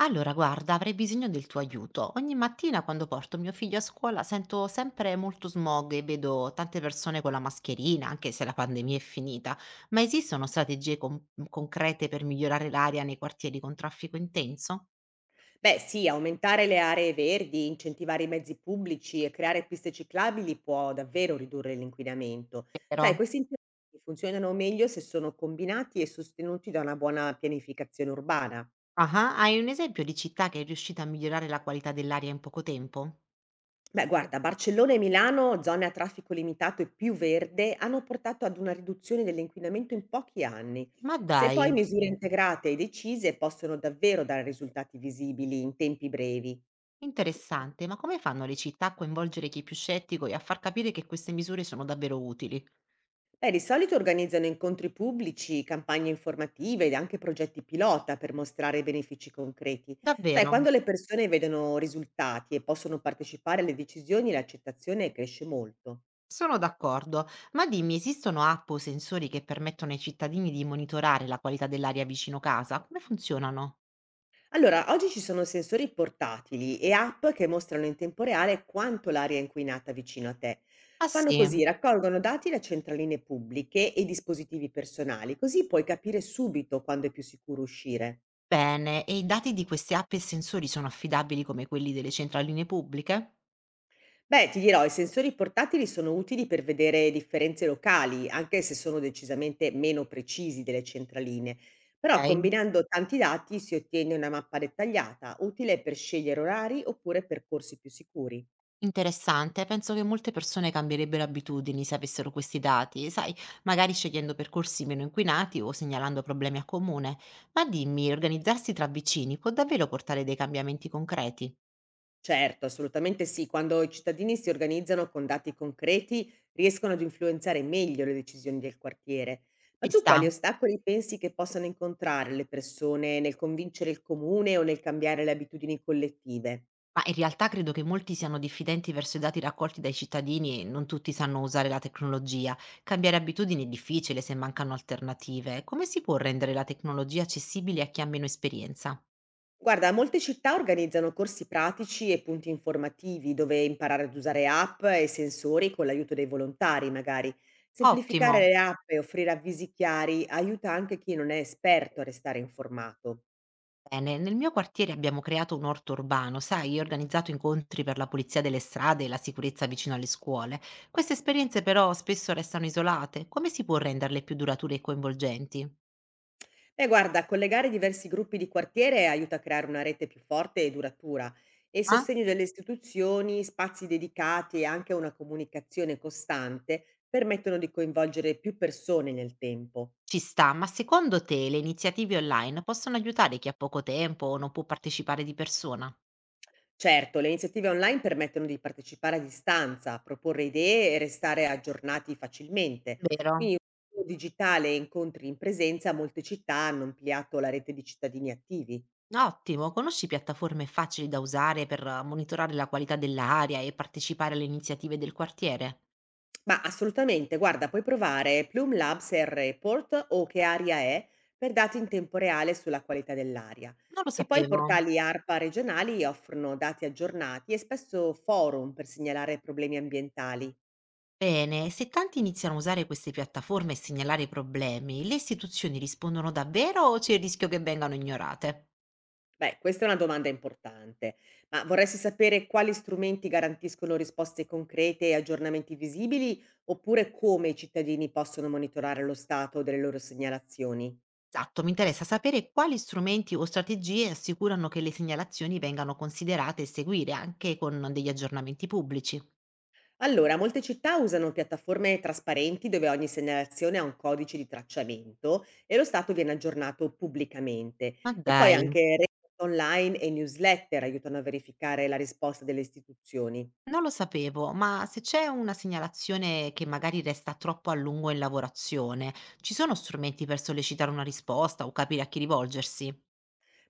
Allora, guarda, avrei bisogno del tuo aiuto. Ogni mattina quando porto mio figlio a scuola sento sempre molto smog e vedo tante persone con la mascherina, anche se la pandemia è finita. Ma esistono strategie concrete per migliorare l'aria nei quartieri con traffico intenso? Beh sì, aumentare le aree verdi, incentivare i mezzi pubblici e creare piste ciclabili può davvero ridurre l'inquinamento. Sai, Vero. questi interventi funzionano meglio se sono combinati e sostenuti da una buona pianificazione urbana. Ah, hai un esempio di città che è riuscita a migliorare la qualità dell'aria in poco tempo? Beh, guarda, Barcellona e Milano, zone a traffico limitato e più verde, hanno portato ad una riduzione dell'inquinamento in pochi anni. Ma Se dai, poi misure integrate e decise possono davvero dare risultati visibili in tempi brevi. interessante, ma come fanno le città a coinvolgere chi è più scettico e a far capire che queste misure sono davvero utili? Beh, di solito organizzano incontri pubblici, campagne informative ed anche progetti pilota per mostrare i benefici concreti. Sai, Davvero? quando le persone vedono risultati e possono partecipare alle decisioni, l'accettazione cresce molto. Sono d'accordo, ma dimmi, esistono app o sensori che permettono ai cittadini di monitorare la qualità dell'aria vicino casa? Come funzionano? Allora, oggi ci sono sensori portatili e app che mostrano in tempo reale quanto l'aria è inquinata vicino a te. Ah Fanno sì? così, raccolgono dati da centraline pubbliche e dispositivi personali, così puoi capire subito quando è più sicuro uscire. Bene, e i dati di queste app e sensori sono affidabili come quelli delle centraline pubbliche? Beh, ti dirò, i sensori portatili sono utili per vedere differenze locali, anche se sono decisamente meno precisi delle centraline. Però Ok, combinando tanti dati si ottiene una mappa dettagliata, utile per scegliere orari oppure percorsi più sicuri. interessante, penso che molte persone cambierebbero abitudini se avessero questi dati, sai, magari scegliendo percorsi meno inquinati o segnalando problemi a comune. Ma dimmi, organizzarsi tra vicini può davvero portare dei cambiamenti concreti? Certo, assolutamente sì, quando i cittadini si organizzano con dati concreti riescono ad influenzare meglio le decisioni del quartiere. Ma Ci tu sta. quali ostacoli pensi che possano incontrare le persone nel convincere il comune o nel cambiare le abitudini collettive? Ma in realtà credo che molti siano diffidenti verso i dati raccolti dai cittadini e non tutti sanno usare la tecnologia. Cambiare abitudini è difficile se mancano alternative. Come si può rendere la tecnologia accessibile a chi ha meno esperienza? Guarda, molte città organizzano corsi pratici e punti informativi dove imparare ad usare app e sensori con l'aiuto dei volontari, magari. Ottimo! Semplificare le app e offrire avvisi chiari aiuta anche chi non è esperto a restare informato. Bene, nel mio quartiere abbiamo creato un orto urbano, sai, e organizzato incontri per la pulizia delle strade e la sicurezza vicino alle scuole. Queste esperienze però spesso restano isolate. Come si può renderle più durature e coinvolgenti? Beh, guarda, collegare diversi gruppi di quartiere aiuta a creare una rete più forte e duratura e il Ah? sostegno delle istituzioni, spazi dedicati e anche una comunicazione costante permettono di coinvolgere più persone nel tempo. Ci sta, ma secondo te le iniziative online possono aiutare chi ha poco tempo o non può partecipare di persona? Certo, le iniziative online permettono di partecipare a distanza, proporre idee e restare aggiornati facilmente. Vero? Quindi un mondo digitale e incontri in presenza, molte città hanno ampliato la rete di cittadini attivi. Ottimo, conosci piattaforme facili da usare per monitorare la qualità dell'aria e partecipare alle iniziative del quartiere? Ma assolutamente, guarda, puoi provare Plume Labs e Report o Che aria è per dati in tempo reale sulla qualità dell'aria. Non lo E poi i sapevo. portali ARPA regionali offrono dati aggiornati e spesso forum per segnalare problemi ambientali. Bene, se tanti iniziano a usare queste piattaforme e segnalare problemi, le istituzioni rispondono davvero o c'è il rischio che vengano ignorate? Beh, questa è una domanda importante, ma vorresti sapere quali strumenti garantiscono risposte concrete e aggiornamenti visibili, oppure come i cittadini possono monitorare lo stato delle loro segnalazioni? Esatto, mi interessa sapere quali strumenti o strategie assicurano che le segnalazioni vengano considerate e seguire anche con degli aggiornamenti pubblici. Allora, molte città usano piattaforme trasparenti dove ogni segnalazione ha un codice di tracciamento e lo stato viene aggiornato pubblicamente. Ma E poi dai, anche rete online e newsletter aiutano a verificare la risposta delle istituzioni. non lo sapevo, ma se c'è una segnalazione che magari resta troppo a lungo in lavorazione, ci sono strumenti per sollecitare una risposta o capire a chi rivolgersi?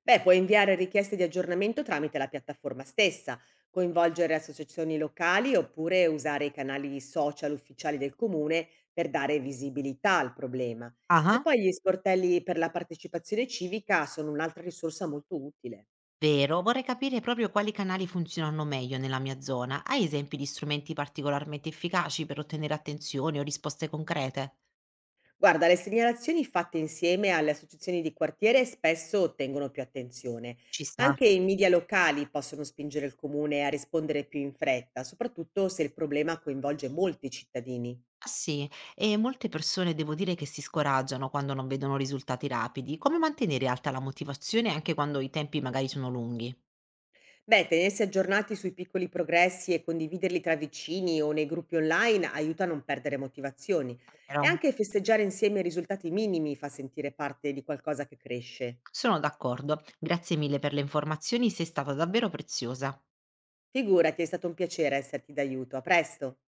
Beh, puoi inviare richieste di aggiornamento tramite la piattaforma stessa, coinvolgere associazioni locali oppure usare i canali social ufficiali del comune per dare visibilità al problema. E Ah, poi gli sportelli per la partecipazione civica sono un'altra risorsa molto utile. vero, vorrei capire proprio quali canali funzionano meglio nella mia zona. Hai esempi di strumenti particolarmente efficaci per ottenere attenzione o risposte concrete? Guarda, le segnalazioni fatte insieme alle associazioni di quartiere spesso ottengono più attenzione. Ci sta. Anche i media locali possono spingere il comune a rispondere più in fretta, soprattutto se il problema coinvolge molti cittadini. Ah sì, e molte persone devo dire che si scoraggiano quando non vedono risultati rapidi. Come mantenere alta la motivazione anche quando i tempi magari sono lunghi? Beh, tenersi aggiornati sui piccoli progressi e condividerli tra vicini o nei gruppi online aiuta a non perdere motivazioni e Vero? anche festeggiare insieme i risultati minimi fa sentire parte di qualcosa che cresce. Sono d'accordo. Grazie mille per le informazioni, sei stata davvero preziosa. Figurati, è stato un piacere esserti d'aiuto. A presto!